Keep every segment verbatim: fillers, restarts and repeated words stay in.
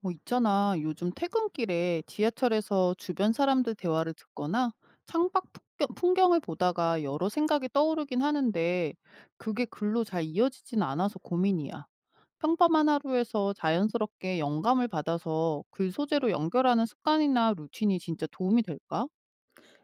뭐 있잖아. 요즘 퇴근길에 지하철에서 주변 사람들 대화를 듣거나 창밖 풍경- 풍경을 보다가 여러 생각이 떠오르긴 하는데 그게 글로 잘 이어지진 않아서 고민이야. 평범한 하루에서 자연스럽게 영감을 받아서 글 소재로 연결하는 습관이나 루틴이 진짜 도움이 될까?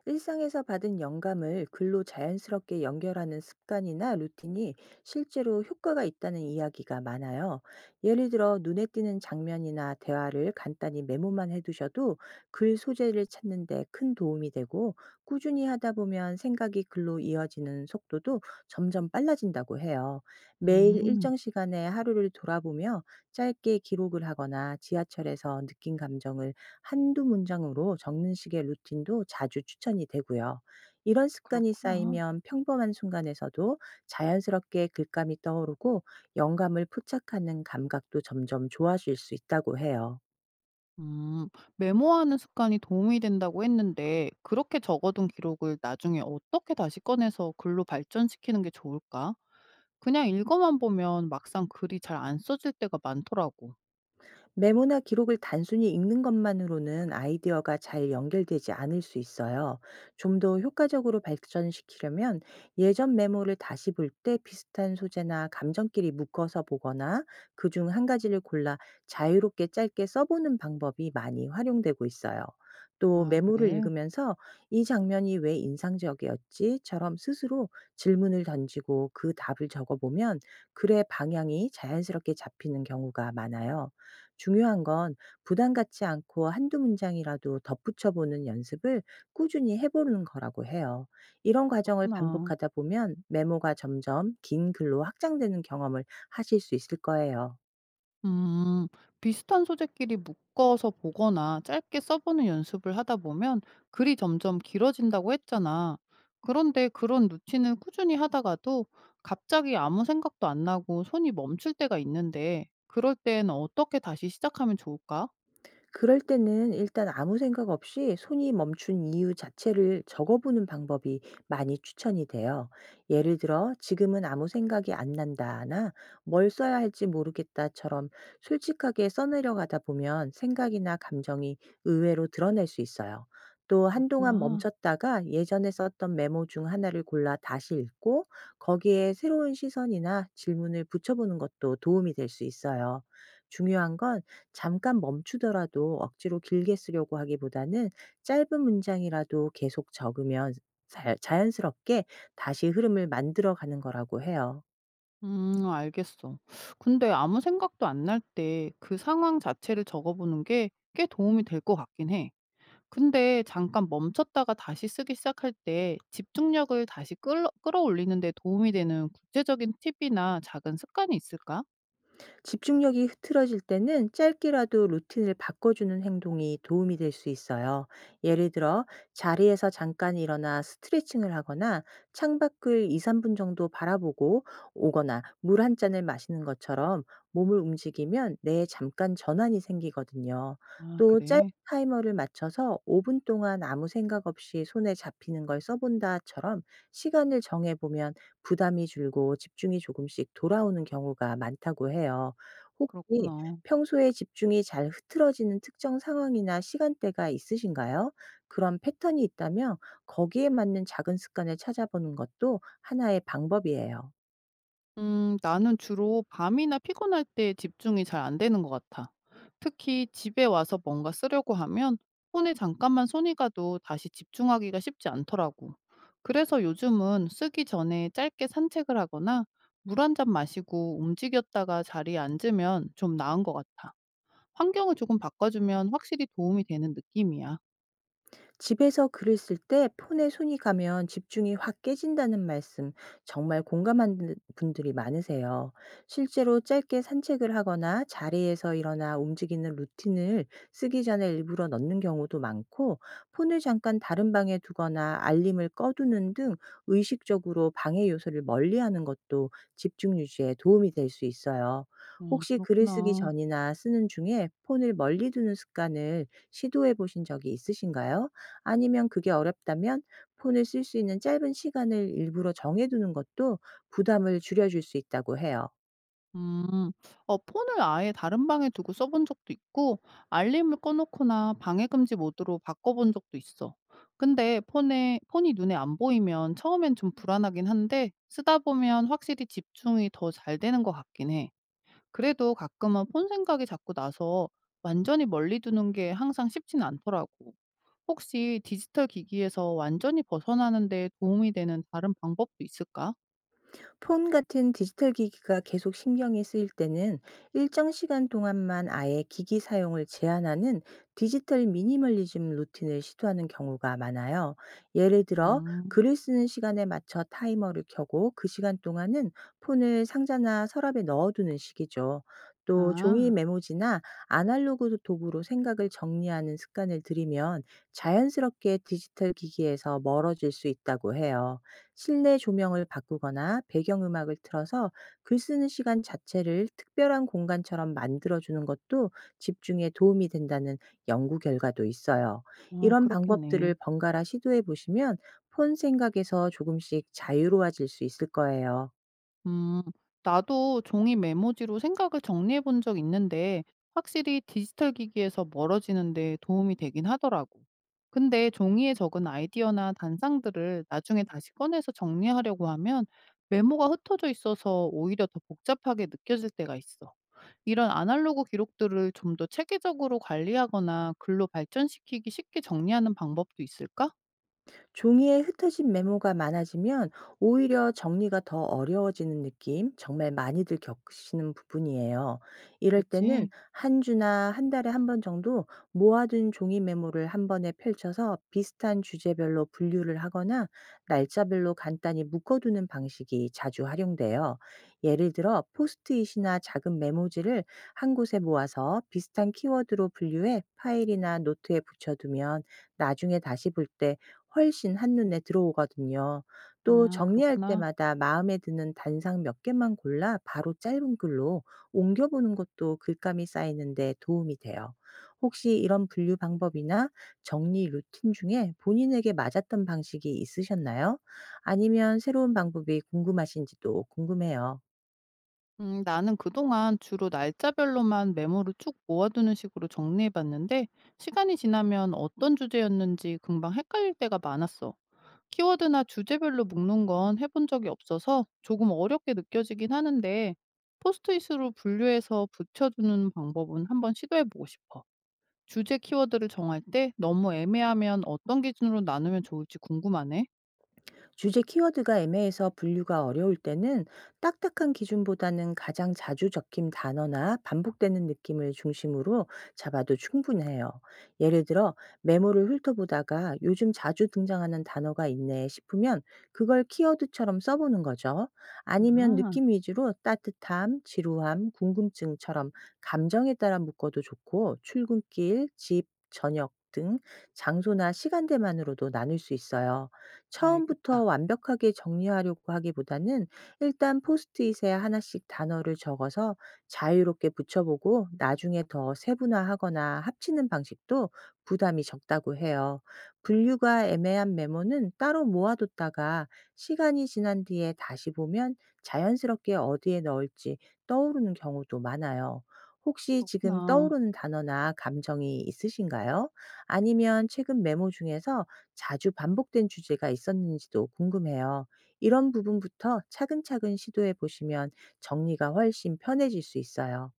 일상에서 받은 영감을 글로 자연스럽게 연결하는 습관이나 루틴이 실제로 효과가 있다는 이야기가 많아요. 예를 들어 눈에 띄는 장면이나 대화를 간단히 메모만 해두셔도 글 소재를 찾는데 큰 도움이 되고, 꾸준히 하다 보면 생각이 글로 이어지는 속도도 점점 빨라진다고 해요. 매일 음, 일정 시간에 하루를 돌아보며 짧게 기록을 하거나, 지하철에서 느낀 감정을 한두 문장으로 적는 식의 루틴도 자주 추천이 되고요. 이런 습관이 그렇구나. 쌓이면 평범한 순간에서도 자연스럽게 글감이 떠오르고, 영감을 포착하는 감각도 점점 좋아질 수 있다고 해요. 음, 메모하는 습관이 도움이 된다고 했는데 그렇게 적어둔 기록을 나중에 어떻게 다시 꺼내서 글로 발전시키는 게 좋을까? 그냥 읽어만 보면 막상 글이 잘 안 써질 때가 많더라고. 메모나 기록을 단순히 읽는 것만으로는 아이디어가 잘 연결되지 않을 수 있어요. 좀 더 효과적으로 발전시키려면, 예전 메모를 다시 볼 때 비슷한 소재나 감정끼리 묶어서 보거나, 그 중 한 가지를 골라 자유롭게 짧게 써보는 방법이 많이 활용되고 있어요. 또 아, 메모를 그래? 읽으면서 "이 장면이 왜 인상적이었지처럼 스스로 질문을 던지고 그 답을 적어보면 글의 방향이 자연스럽게 잡히는 경우가 많아요. 중요한 건, 부담 갖지 않고 한두 문장이라도 덧붙여 보는 연습을 꾸준히 해 보는 거라고 해요. 이런 과정을 그렇구나. 반복하다 보면 메모가 점점 긴 글로 확장되는 경험을 하실 수 있을 거예요. 음, 비슷한 소재끼리 묶어서 보거나 짧게 써보는 연습을 하다 보면 글이 점점 길어진다고 했잖아. 그런데 그런 루틴을 꾸준히 하다가도 갑자기 아무 생각도 안 나고 손이 멈출 때가 있는데 그럴 땐 어떻게 다시 시작하면 좋을까? 그럴 때는 일단 아무 생각 없이 손이 멈춘 이유 자체를 적어보는 방법이 많이 추천이 돼요. 예를 들어, "지금은 아무 생각이 안 난다나 "뭘 써야 할지 모르겠다처럼 솔직하게 써내려가다 보면 생각이나 감정이 의외로 드러낼 수 있어요. 또 한동안 그렇구나. 멈췄다가 예전에 썼던 메모 중 하나를 골라 다시 읽고, 거기에 새로운 시선이나 질문을 붙여보는 것도 도움이 될 수 있어요. 중요한 건, 잠깐 멈추더라도 억지로 길게 쓰려고 하기보다는 짧은 문장이라도 계속 적으면 자- 자연스럽게 다시 흐름을 만들어 가는 거라고 해요. 음, 알겠어. 근데 아무 생각도 안 날 때 그 상황 자체를 적어보는 게 꽤 도움이 될 것 같긴 해. 근데 잠깐 멈췄다가 다시 쓰기 시작할 때 집중력을 다시 끌어, 끌어올리는 데 도움이 되는 구체적인 팁이나 작은 습관이 있을까? 집중력이 흐트러질 때는 짧게라도 루틴을 바꿔주는 행동이 도움이 될 수 있어요. 예를 들어, 자리에서 잠깐 일어나 스트레칭을 하거나, 창밖을 이, 삼 분 정도 바라보고 오거나, 물 한 잔을 마시는 것처럼 몸을 움직이면 뇌에 잠깐 전환이 생기거든요. 아, 또 짧은 그래. 타이머를 맞춰서 "오 분 동안 아무 생각 없이 손에 잡히는 걸 써본다처럼 시간을 정해보면 부담이 줄고 집중이 조금씩 돌아오는 경우가 많다고 해요. 혹시 그렇구나. 평소에 집중이 잘 흐트러지는 특정 상황이나 시간대가 있으신가요? 그런 패턴이 있다면 거기에 맞는 작은 습관을 찾아보는 것도 하나의 방법이에요. 음, 나는 주로 밤이나 피곤할 때 집중이 잘 안 되는 것 같아. 특히 집에 와서 뭔가 쓰려고 하면 폰에 잠깐만 손이 가도 다시 집중하기가 쉽지 않더라고. 그래서 요즘은 쓰기 전에 짧게 산책을 하거나 물 한잔 마시고 움직였다가 자리에 앉으면 좀 나은 것 같아. 환경을 조금 바꿔주면 확실히 도움이 되는 느낌이야. 집에서 글을 쓸 때 폰에 손이 가면 집중이 확 깨진다는 말씀, 정말 공감하는 분들이 많으세요. 실제로 짧게 산책을 하거나 자리에서 일어나 움직이는 루틴을 쓰기 전에 일부러 넣는 경우도 많고, 폰을 잠깐 다른 방에 두거나 알림을 꺼두는 등 의식적으로 방해 요소를 멀리하는 것도 집중 유지에 도움이 될 수 있어요. 어, 혹시 글을 쓰기 그렇구나. 전이나 쓰는 중에 폰을 멀리 두는 습관을 시도해 보신 적이 있으신가요? 아니면 그게 어렵다면, 폰을 쓸 수 있는 짧은 시간을 일부러 정해 두는 것도 부담을 줄여 줄 수 있다고 해요. 음, 어, 폰을 아예 다른 방에 두고 써본 적도 있고, 알림을 꺼놓거나 방해금지 모드로 바꿔본 적도 있어. 근데 폰에, 폰이 눈에 안 보이면 처음엔 좀 불안하긴 한데, 쓰다 보면 확실히 집중이 더 잘 되는 것 같긴 해. 그래도 가끔은 폰 생각이 자꾸 나서 완전히 멀리 두는 게 항상 쉽진 않더라고. 혹시 디지털 기기에서 완전히 벗어나는 데 도움이 되는 다른 방법도 있을까? 폰 같은 디지털 기기가 계속 신경이 쓰일 때는 일정 시간 동안만 아예 기기 사용을 제한하는 디지털 미니멀리즘 루틴을 시도하는 경우가 많아요. 예를 들어, 음, 글을 쓰는 시간에 맞춰 타이머를 켜고 그 시간 동안은 폰을 상자나 서랍에 넣어두는 식이죠. 또 종이 아, 메모지나 아날로그 도구로 생각을 정리하는 습관을 들이면 자연스럽게 디지털 기기에서 멀어질 수 있다고 해요. 실내 조명을 바꾸거나 배경음악을 틀어서 글 쓰는 시간 자체를 특별한 공간처럼 만들어주는 것도 집중에 도움이 된다는 연구 결과도 있어요. 어, 이런 그렇겠네. 방법들을 번갈아 시도해 보시면 폰 생각에서 조금씩 자유로워질 수 있을 거예요. 음, 나도 종이 메모지로 생각을 정리해 본 적 있는데, 확실히 디지털 기기에서 멀어지는 데 도움이 되긴 하더라고. 근데 종이에 적은 아이디어나 단상들을 나중에 다시 꺼내서 정리하려고 하면 메모가 흩어져 있어서 오히려 더 복잡하게 느껴질 때가 있어. 이런 아날로그 기록들을 좀 더 체계적으로 관리하거나 글로 발전시키기 쉽게 정리하는 방법도 있을까? 종이에 흩어진 메모가 많아지면 오히려 정리가 더 어려워지는 느낌, 정말 많이들 겪으시는 부분이에요. 이럴 때는 그렇지. 한 주나 한 달에 한 번 정도 모아둔 종이 메모를 한 번에 펼쳐서 비슷한 주제별로 분류를 하거나, 날짜별로 간단히 묶어두는 방식이 자주 활용돼요. 예를 들어 포스트잇이나 작은 메모지를 한 곳에 모아서 비슷한 키워드로 분류해 파일이나 노트에 붙여두면 나중에 다시 볼때 훨씬 한눈에 들어오거든요. 또 아, 정리할 그렇구나. 때마다 마음에 드는 단상 몇 개만 골라 바로 짧은 글로 옮겨보는 것도 글감이 쌓이는데 도움이 돼요. 혹시 이런 분류 방법이나 정리 루틴 중에 본인에게 맞았던 방식이 있으셨나요? 아니면 새로운 방법이 궁금하신지도 궁금해요. 음, 나는 그동안 주로 날짜별로만 메모를 쭉 모아두는 식으로 정리해봤는데, 시간이 지나면 어떤 주제였는지 금방 헷갈릴 때가 많았어. 키워드나 주제별로 묶는 건 해본 적이 없어서 조금 어렵게 느껴지긴 하는데, 포스트잇으로 분류해서 붙여두는 방법은 한번 시도해보고 싶어. 주제 키워드를 정할 때 너무 애매하면 어떤 기준으로 나누면 좋을지 궁금하네. 주제 키워드가 애매해서 분류가 어려울 때는 딱딱한 기준보다는 가장 자주 적힌 단어나 반복되는 느낌을 중심으로 잡아도 충분해요. 예를 들어, 메모를 훑어보다가 "요즘 자주 등장하는 단어가 있네" 싶으면 그걸 키워드처럼 써보는 거죠. 아니면 아, 느낌 위주로 따뜻함, 지루함, 궁금증처럼 감정에 따라 묶어도 좋고, 출근길, 집, 저녁 등 장소나 시간대만으로도 나눌 수 있어요. 알겠다. 처음부터 완벽하게 정리하려고 하기보다는 일단 포스트잇에 하나씩 단어를 적어서 자유롭게 붙여보고, 나중에 더 세분화하거나 합치는 방식도 부담이 적다고 해요. 분류가 애매한 메모는 따로 모아뒀다가 시간이 지난 뒤에 다시 보면 자연스럽게 어디에 넣을지 떠오르는 경우도 많아요. 혹시 지금 그렇구나. 떠오르는 단어나 감정이 있으신가요? 아니면 최근 메모 중에서 자주 반복된 주제가 있었는지도 궁금해요. 이런 부분부터 차근차근 시도해 보시면 정리가 훨씬 편해질 수 있어요.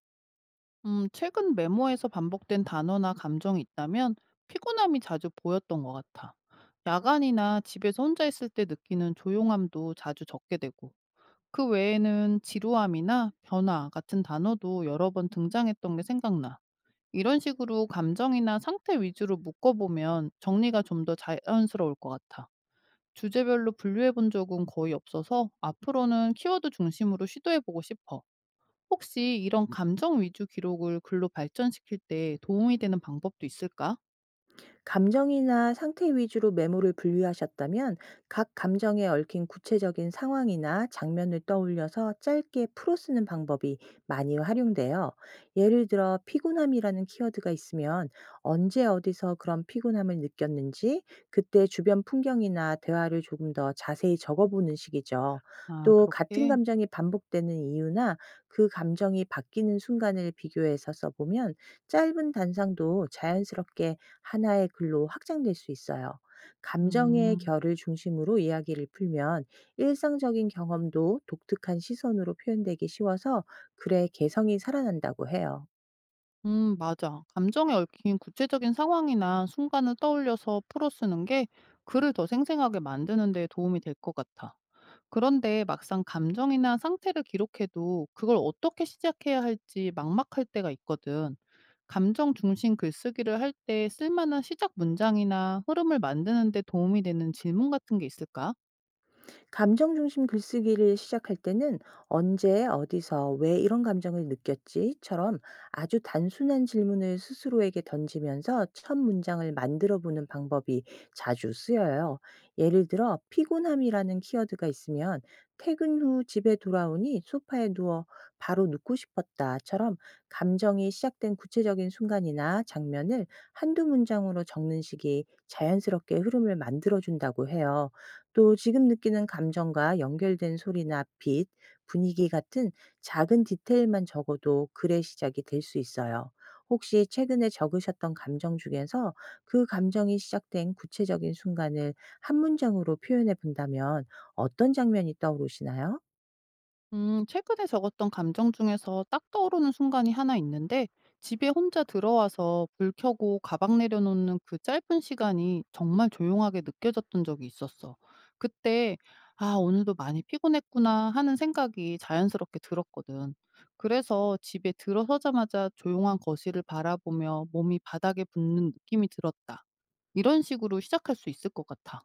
음, 최근 메모에서 반복된 단어나 감정이 있다면 피곤함이 자주 보였던 것 같아. 야간이나 집에서 혼자 있을 때 느끼는 조용함도 자주 적게 되고, 그 외에는 지루함이나 변화 같은 단어도 여러 번 등장했던 게 생각나. 이런 식으로 감정이나 상태 위주로 묶어보면 정리가 좀 더 자연스러울 것 같아. 주제별로 분류해 본 적은 거의 없어서 앞으로는 키워드 중심으로 시도해 보고 싶어. 혹시 이런 감정 위주 기록을 글로 발전시킬 때 도움이 되는 방법도 있을까? 감정이나 상태 위주로 메모를 분류하셨다면, 각 감정에 얽힌 구체적인 상황이나 장면을 떠올려서 짧게 풀어 쓰는 방법이 많이 활용돼요. 예를 들어 피곤함이라는 키워드가 있으면, 언제 어디서 그런 피곤함을 느꼈는지, 그때 주변 풍경이나 대화를 조금 더 자세히 적어보는 식이죠. 아, 또 같은 그렇게? 감정이 반복되는 이유나 그 감정이 바뀌는 순간을 비교해서 써보면 짧은 단상도 자연스럽게 하나의 글로 확장될 수 있어요. 감정의 음. 결을 중심으로 이야기를 풀면 일상적인 경험도 독특한 시선으로 표현되기 쉬워서 글의 개성이 살아난다고 해요. 음, 맞아. 감정에 얽힌 구체적인 상황이나 순간을 떠올려서 풀어 쓰는 게 글을 더 생생하게 만드는 데 도움이 될 것 같아. 그런데 막상 감정이나 상태를 기록해도 그걸 어떻게 시작해야 할지 막막할 때가 있거든. 감정 중심 글쓰기를 할 때 쓸만한 시작 문장이나 흐름을 만드는 데 도움이 되는 질문 같은 게 있을까? 감정 중심 글쓰기를 시작할 때는 "언제 어디서 왜 이런 감정을 느꼈지?"처럼 아주 단순한 질문을 스스로에게 던지면서 첫 문장을 만들어 보는 방법이 자주 쓰여요. 예를 들어 피곤함이라는 키워드가 있으면, "퇴근 후 집에 돌아오니 소파에 누워 바로 눕고 싶었다."처럼 감정이 시작된 구체적인 순간이나 장면을 한두 문장으로 적는 식이 자연스럽게 흐름을 만들어 준다고 해요. 또 지금 느끼는 감정과 연결된 소리나 빛, 분위기 같은 작은 디테일만 적어도 글의 시작이 될 수 있어요. 혹시 최근에 적으셨던 감정 중에서 그 감정이 시작된 구체적인 순간을 한 문장으로 표현해 본다면 어떤 장면이 떠오르시나요? 음, 최근에 적었던 감정 중에서 딱 떠오르는 순간이 하나 있는데, 집에 혼자 들어와서 불 켜고 가방 내려놓는 그 짧은 시간이 정말 조용하게 느껴졌던 적이 있었어. 그때, 아, 오늘도 많이 피곤했구나 하는 생각이 자연스럽게 들었거든. 그래서 집에 들어서자마자 조용한 거실을 바라보며 몸이 바닥에 붙는 느낌이 들었다. 이런 식으로 시작할 수 있을 것 같아.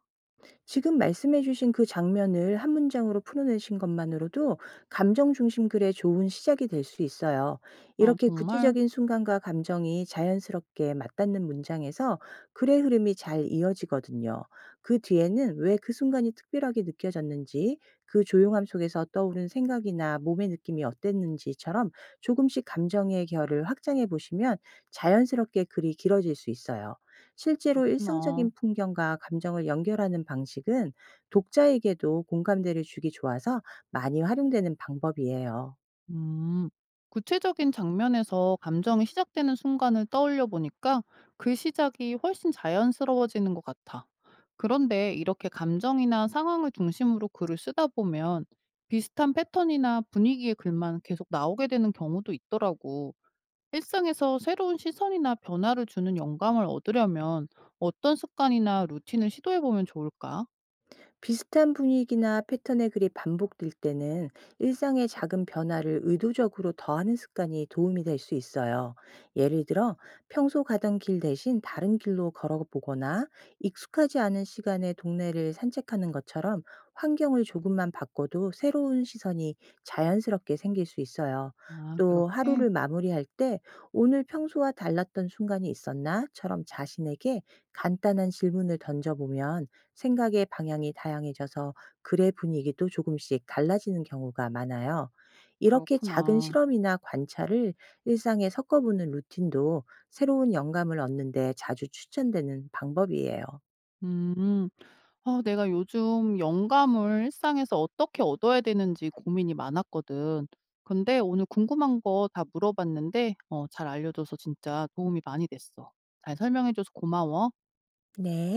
지금 말씀해 주신 그 장면을 한 문장으로 풀어내신 것만으로도 감정 중심 글의 좋은 시작이 될 수 있어요. 아, 이렇게 정말 구체적인 순간과 감정이 자연스럽게 맞닿는 문장에서 글의 흐름이 잘 이어지거든요. 그 뒤에는 왜 그 순간이 특별하게 느껴졌는지, 그 조용함 속에서 떠오른 생각이나 몸의 느낌이 어땠는지처럼 조금씩 감정의 결을 확장해 보시면 자연스럽게 글이 길어질 수 있어요. 실제로 그렇구나. 일상적인 풍경과 감정을 연결하는 방식은 독자에게도 공감대를 주기 좋아서 많이 활용되는 방법이에요. 음, 구체적인 장면에서 감정이 시작되는 순간을 떠올려 보니까 그 시작이 훨씬 자연스러워지는 것 같아. 그런데 이렇게 감정이나 상황을 중심으로 글을 쓰다 보면 비슷한 패턴이나 분위기의 글만 계속 나오게 되는 경우도 있더라고. 일상에서 새로운 시선이나 변화를 주는 영감을 얻으려면 어떤 습관이나 루틴을 시도해 보면 좋을까? 비슷한 분위기나 패턴의 글이 반복될 때는 일상의 작은 변화를 의도적으로 더하는 습관이 도움이 될 수 있어요. 예를 들어, 평소 가던 길 대신 다른 길로 걸어보거나 익숙하지 않은 시간에 동네를 산책하는 것처럼 환경을 조금만 바꿔도 새로운 시선이 자연스럽게 생길 수 있어요. 아, 또 그렇게? 하루를 마무리할 때 "오늘 평소와 달랐던 순간이 있었나?"처럼 자신에게 간단한 질문을 던져보면 생각의 방향이 다양해져서 글의 분위기도 조금씩 달라지는 경우가 많아요. 이렇게 작은 그렇구나. 실험이나 관찰을 일상에 섞어보는 루틴도 새로운 영감을 얻는데 자주 추천되는 방법이에요. 음. 아, 내가 요즘 영감을 일상에서 어떻게 얻어야 되는지 고민이 많았거든. 근데 오늘 궁금한 거 다 물어봤는데 어 잘 알려줘서 진짜 도움이 많이 됐어. 잘 설명해줘서 고마워. 네.